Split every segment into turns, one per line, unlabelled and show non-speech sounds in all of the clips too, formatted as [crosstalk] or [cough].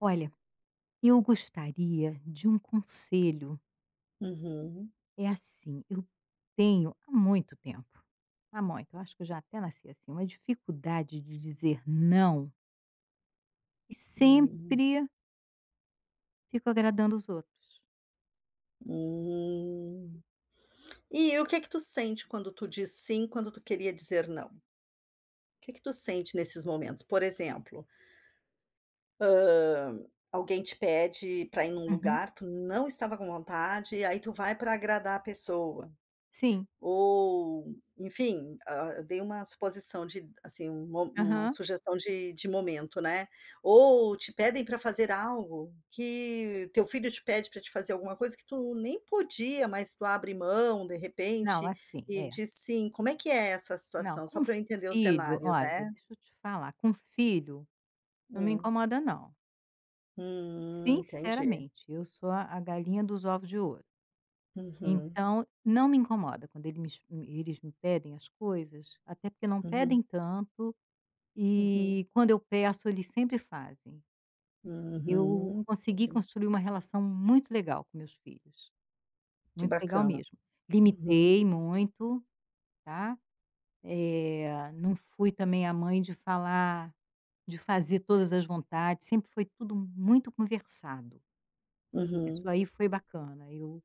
Olha, eu gostaria de um conselho.
Uhum,
É assim, eu tenho há muito tempo, há muito, eu acho que eu já até nasci assim, uma dificuldade de dizer não e
uhum,
sempre fico agradando os outros.
hum. E o que é que tu sente quando tu diz sim, quando tu queria dizer não? O que é que tu sente nesses momentos? Por exemplo, hã, alguém te pede para ir num
Uhum.
lugar, tu não estava com vontade, e aí tu vai para agradar a pessoa.
Sim.
Ou, enfim, ah, eu dei uma suposição de assim, um mo uma
Aham.
sugestão de momento, né. Ou te pedem para fazer algo que teu filho te pede para te fazer alguma coisa que tu nem podia, mas tu abre mão, de
Não,
repente,
assim,
e
é.
diz sim. Como é que é essa
Não,
situação? Só
com
para eu entender o
filho,
cenário,
olha,
né.
deixa eu te falar, com filho não me
Hum.
incomoda não.
Entendi.
Sinceramente, eu sou a galinha dos ovos de ouro.
Uhum,
Então, não me incomoda quando eles me pedem as coisas, até porque não pedem
uhum,
tanto,
uhum,
e quando eu peço eles sempre fazem. Eu
uhum,
consegui
entendi.
construir uma relação muito legal com meus filhos,
Que
muito legal
bacana.
mesmo.
Uhum,
Limitei muito, tá, não fui também a mãe de falar de fazer todas as vontades, sempre foi tudo muito conversado.
uhum,
Isso aí foi bacana.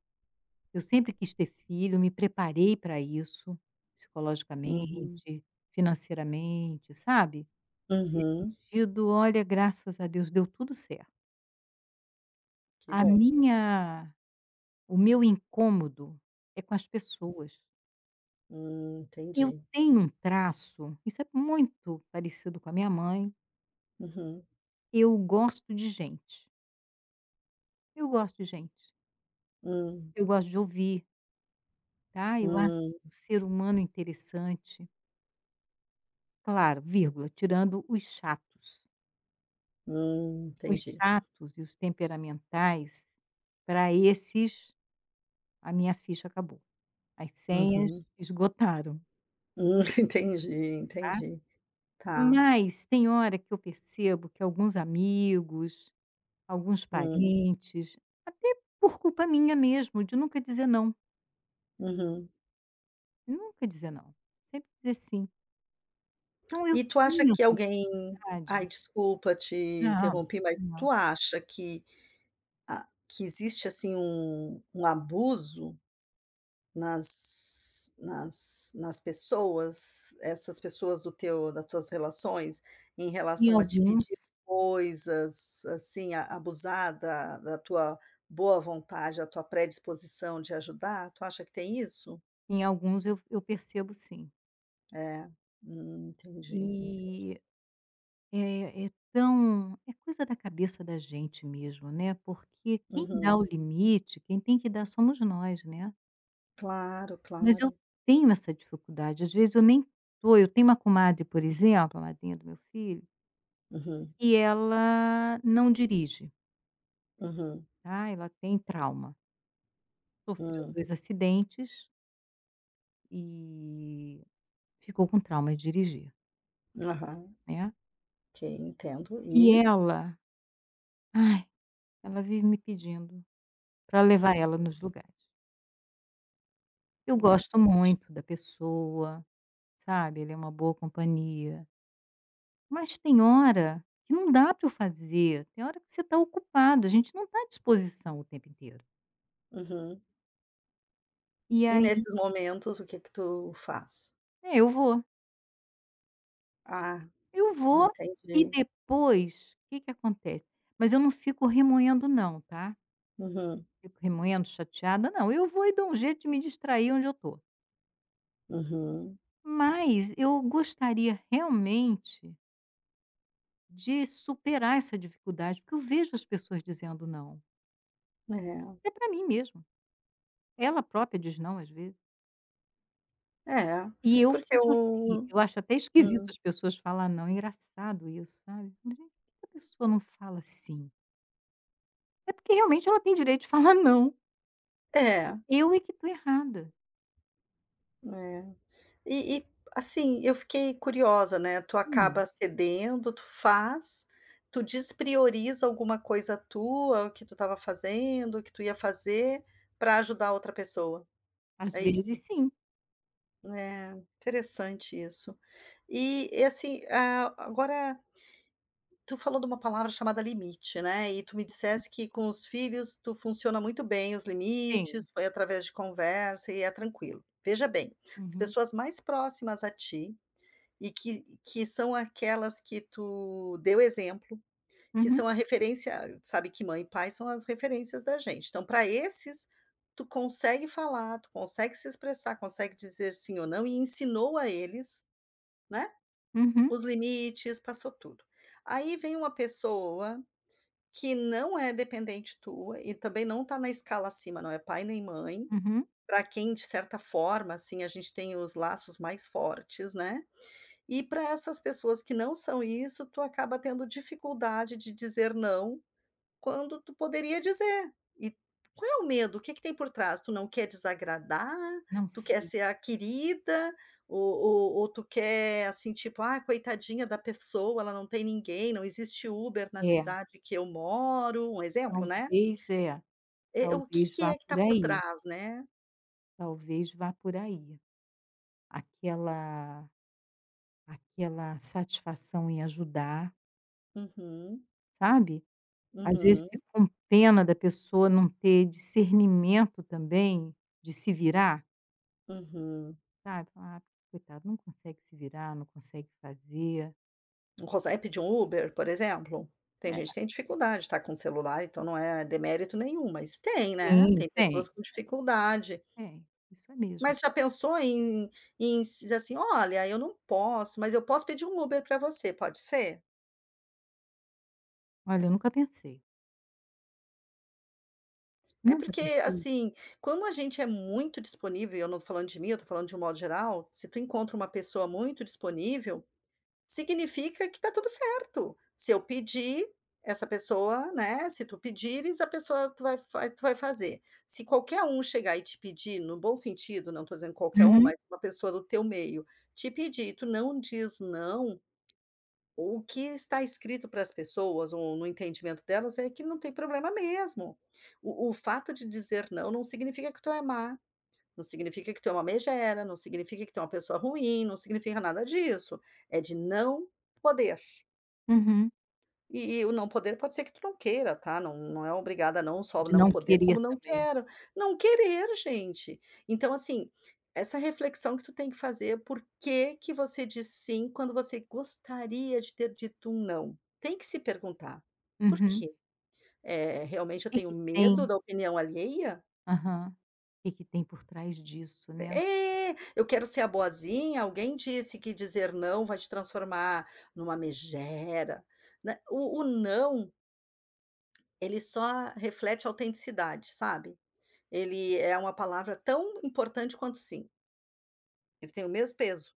Eu sempre quis ter filho, me preparei para isso,
uhum,
psicologicamente, financeiramente, sabe. Nesse
uhum.
sentido, olha, graças a Deus deu tudo certo.
Que
A
bom.
minha O meu incômodo é com as pessoas. Eu
Entendi.
tenho um traço, isso é muito parecido com a minha mãe,
Uhum.
eu gosto de gente. Eu gosto de gente.
Hum,
Eu gosto de ouvir, tá, eu acho o
hum,
ser humano interessante. Claro, vírgula, tirando os chatos. Os
entendi.
chatos e os temperamentais, para esses, a minha ficha acabou. As senhas
Uhum.
esgotaram,
[laughs] Entendi,
tá.
entendi. Tá.
Mas tem hora que eu percebo que alguns amigos, alguns
Hum,
parentes, até por culpa minha mesmo, de nunca dizer não,
uhum.
nunca dizer não, sempre dizer sim. Então eu
E tu acha
tenho
que
essa
alguém
dificuldade
ai, desculpa te
não,
interrompi, mas tu
não.
acha que a que existe, assim, um abuso nas pessoas, essas pessoas do teu das tuas relações, em
Em
relação a te pedir
alguns
coisas, assim, a abusar da tua boa vontade, a tua predisposição de ajudar, tu acha que tem isso?
em alguns eu percebo sim.
É. Entendi.
E É tão coisa da cabeça da gente mesmo, né, porque quem dá
Uhum.
o limite, quem tem que dar somos nós, né.
Claro,
Mas eu
claro.
tenho essa dificuldade, às vezes eu nem tô eu tenho uma comadre, por exemplo, a madrinha do meu filho,
Uhum,
e ela não dirige,
uhum,
tá, ela tem trauma. Sofreu
hum.
2 acidentes e ficou com trauma de dirigir,
Aham,
né.
ok, entendo.
E
E?
ela, ai, Ela vive me pedindo para
Hum,
levar ela nos lugares. Eu gosto
entendi.
muito da pessoa, sabe, ele é uma boa companhia, mas tem hora que não dá para eu fazer, tem hora que você está ocupado, a gente não está à disposição o tempo inteiro.
Uhum.
E
E
aí
nesses momentos, o que que tu faz?
é, eu vou,
Ah.
eu vou e
Entendi.
depois o que que acontece? Mas eu não fico remoendo não, tá,
Uhum,
fico remoendo, chateada, não, eu vou e dou um jeito de me distrair onde eu tô.
uhum.
Mas eu gostaria realmente de superar essa dificuldade, porque eu vejo as pessoas dizendo não. Até para mim mesmo. Ela própria diz não às vezes.
É, é,
E eu
porque
fico assim,
o
eu acho até esquisito
hum,
as pessoas falar não, é engraçado isso, sabe. Gente, por que a pessoa não fala assim? É porque realmente ela tem direito de [laughs] falar não.
é,
Eu é que estou errada.
é. E assim, eu fiquei curiosa, né, tu
Hum.
acaba cedendo, tu faz, tu desprioriza alguma coisa tua, o que tu estava fazendo, o que tu ia fazer, para ajudar outra pessoa,
Às
é isso?
vezes sim.
É, interessante isso. E assim, ah, agora tu falou de uma palavra chamada limite, né, e tu me dissesse que com os filhos tu funciona muito bem os limites,
Sim.
foi através de conversa e é tranquilo. Veja bem, as
Uhum.
pessoas mais próximas a ti e que são aquelas que tu deu exemplo, que
Uhum.
são a referência sabe que mãe e pai são as referências da gente. Então para esses, tu consegue falar, tu consegue se expressar, consegue dizer sim ou não e ensinou a eles, né,
Uhum.
os limites, passou tudo. Aí vem uma pessoa que não é dependente tua e também não está na escala acima, não é pai nem mãe,
Uhum.
para quem de certa forma, assim, a gente tem os laços mais fortes, né. E para essas pessoas que não são isso, tu acaba tendo dificuldade de dizer não quando tu poderia dizer. E qual é o medo? O que que tem por trás? Tu não quer desagradar?
Não
Tu quer
sei.
ser a querida? Ou tu quer, assim, tipo: "Ah, coitadinha da pessoa, ela não tem ninguém, não existe Uber na
É,
cidade que eu moro", um exemplo, né.
talvez é,
Eh, o que
talvez
que
vá
é que
por
tá por
aí,
trás, né.
talvez vá por aí. Aquela aquela satisfação em ajudar,
Uhum,
sabe. Às vezes
uhum,
fico com pena da pessoa não ter discernimento também de se virar,
uhum.
sabe. Falar: "Ah, coitado, não consegue se virar, não consegue fazer".
Não consegue pedir um Uber, por exemplo? Tem
É,
gente que tem dificuldade, tá com celular, então não é demérito nenhum, mas tem, né,
sim,
tem pessoas
tem,
com dificuldade.
tem, isso é mesmo.
Mas já pensou em em se dizer assim: "Olha, eu não posso, mas eu posso pedir um Uber para você, pode ser?"
Olha, eu nunca pensei,
É
nunca
porque,
pensei.
assim, como a gente é muito disponível, e eu não tô falando de mim, eu tô falando de um modo geral, se tu encontra uma pessoa muito disponível, significa que tá tudo certo. Se eu pedir, essa pessoa, né, se tu pedires, a pessoa tu vai fa tu vai fazer. Se qualquer um chegar e te pedir, no bom sentido, não tô dizendo qualquer um,
Uhum,
mas uma pessoa do teu meio, te pedir e tu não diz: "Não", o que está escrito para as pessoas ou no entendimento delas é que não tem problema mesmo. O fato de dizer não, não significa que tu é má, não significa que tu é uma megera, não significa que tu é uma pessoa ruim, não significa nada disso. É de não poder.
uhum.
E o não poder pode ser que tu não queira, tá, não não é obrigada, não só
De
não
não
poder,
querer
como não
também.
quero. Não querer, gente. Então, assim, essa reflexão que tu tem que fazer, por que que você diz sim quando você gostaria de ter dito um não? Tem que se perguntar: "Por
Uhum.
quê? É
O
realmente eu
que
tenho
que tem
medo da opinião alheia?
aham. O que que tem por trás disso, né.
É, eu quero ser a boazinha, alguém disse que dizer não vai te transformar numa megera", né. O não ele só reflete autenticidade, sabe. Ele é uma palavra tão importante quanto sim, ele tem o mesmo peso.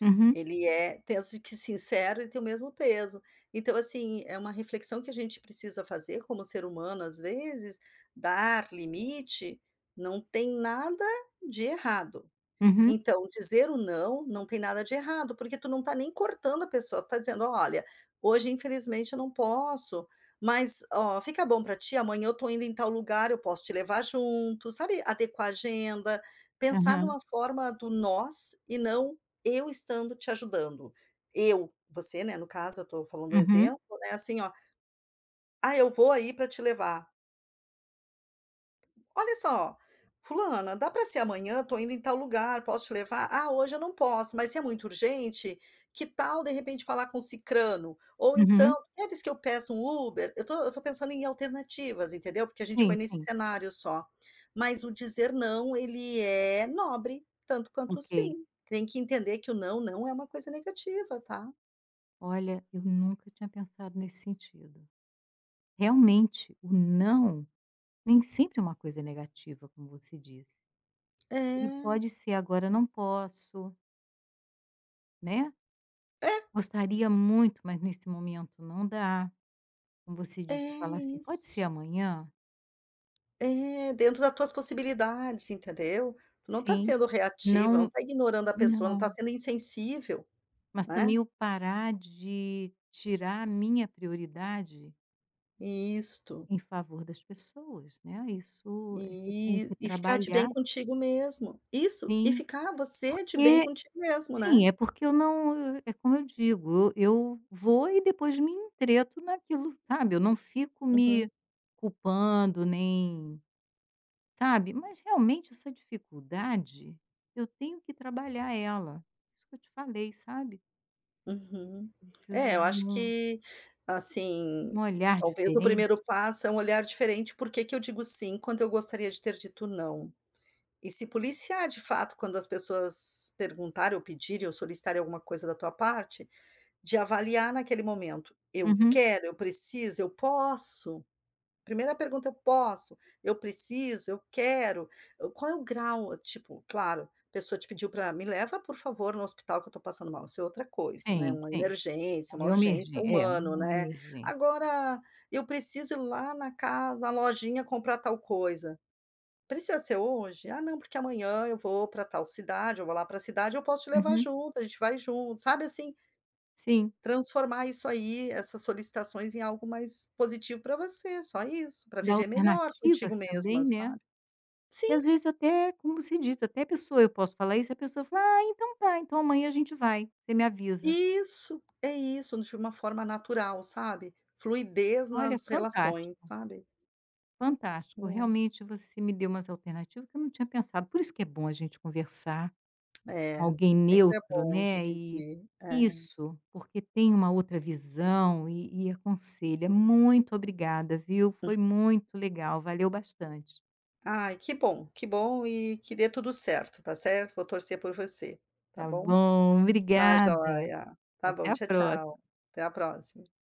Uhum,
Ele é penso que sincero, ele tem o mesmo peso. Então, assim, é uma reflexão que a gente precisa fazer como ser humano, às vezes, dar limite não tem nada de errado.
uhum,
Então, dizer o não, não tem nada de errado, porque tu não está nem cortando a pessoa, tu tá dizendo: "Olha, hoje infelizmente eu não posso, mas, ó, fica bom para ti, amanhã eu tô indo em tal lugar, eu posso te levar junto", sabe, adequar a agenda, pensar
aham,
numa forma do nós e não eu estando te ajudando. Eu, você, né, no caso, eu tô falando um
uhum,
exemplo, né, assim, ó: "Ah, eu vou aí para te levar". Olha só, fulana, dá para ser amanhã? Tô indo em tal lugar, posso te levar? Ah, hoje eu não posso, mas se é muito urgente, que tal de repente falar com cicrano? Ou
uhum.
então, queres que eu peça um Uber? Eu tô pensando em alternativas, entendeu? Porque a gente foi
Sim,
nesse
sim,
cenário só. Mas o dizer não, ele é nobre, tanto quanto o
ok.
sim. Tem que entender que o não não é uma coisa negativa, tá?
Olha, eu nunca tinha pensado nesse sentido. Realmente, o não nem sempre é uma coisa negativa, como você disse.
É,
Ele pode ser agora não posso, né?
é,
Gostaria muito, mas nesse momento não dá. Como você
é
disse, eu falar assim, pode ser
isso.
amanhã?
É, dentro das tuas possibilidades, entendeu? Tu não tá
Sim.
sendo reativa, não
Não,
tá ignorando a pessoa, não tá
não.
sendo insensível,
Mas
né.
também eu parar de tirar a minha prioridade
Isto.
em favor das pessoas, né? Isso é que eu tenho
E
que
e ficar de
trabalhar,
bem contigo mesmo. Isso, e
sim.
ficar você de bem
Porque
contigo mesmo,
Sim,
né.
é porque eu não é como eu digo, eu vou e depois me entreto naquilo, sabe, eu não fico
Uhum,
me culpando nem sabe, mas realmente essa dificuldade, eu tenho que trabalhar ela. Isso que eu te falei, sabe,
uhum.
preciso
É, eu
de
acho
um
que,
um
assim,
olhar
talvez o
diferente.
primeiro passo é um olhar diferente, por que que eu digo sim quando eu gostaria de ter dito não? E se policiar de fato quando as pessoas perguntarem ou pedirem ou solicitarem alguma coisa da tua parte, de avaliar naquele momento: "Eu
Uhum.
quero, eu preciso, eu posso?" Primeira pergunta: "Eu posso? Eu preciso? Eu quero?" Qual é o grau? Tipo, claro, a pessoa te pediu para "Me leva, por favor, no hospital que eu tô passando mal", isso é outra coisa, né,
Sim,
uma
sim,
emergência,
aí
uma
é uma
urgência, é
emergen é,
humano,
uma
né.
emergência.
Agora, eu preciso ir lá na casa na lojinha comprar tal coisa. "Precisa ser hoje?" "Ah, não, porque amanhã eu vou para tal cidade, eu vou lá para a cidade, eu posso te levar
Uhum.
junto, a gente vai junto", sabe, assim,
Sim,
transformar isso aí, essas solicitações em algo mais positivo para você, só isso, para
dá
viver melhor contigo
alternativas
mesma,
também, né.
sabe.
E às
Sim,
vezes até, como se diz, até a pessoa eu posso falar isso, a pessoa fala: "Ah, então tá, então amanhã a gente vai, você me avisa".
isso, é isso, de uma forma natural, sabe. Fluidez
Olha,
nas relações,
fantástico,
sabe.
fantástico, realmente você me deu umas alternativas que eu não tinha pensado, por isso que é bom a gente conversar com
É, é,
alguém
sempre é
neutro,
bom
né, e
dividir, é.
isso, porque tem uma outra visão e aconselha. Muito obrigada, viu, foi muito legal, valeu bastante.
Ai, que bom e que dê tudo certo, tá certo. Vou torcer por você, tá
Tá
bom.
bom,
Tá
obrigada,
joia. Tá bom,
até a
tchau, tchau.
próxima.
Até a próxima.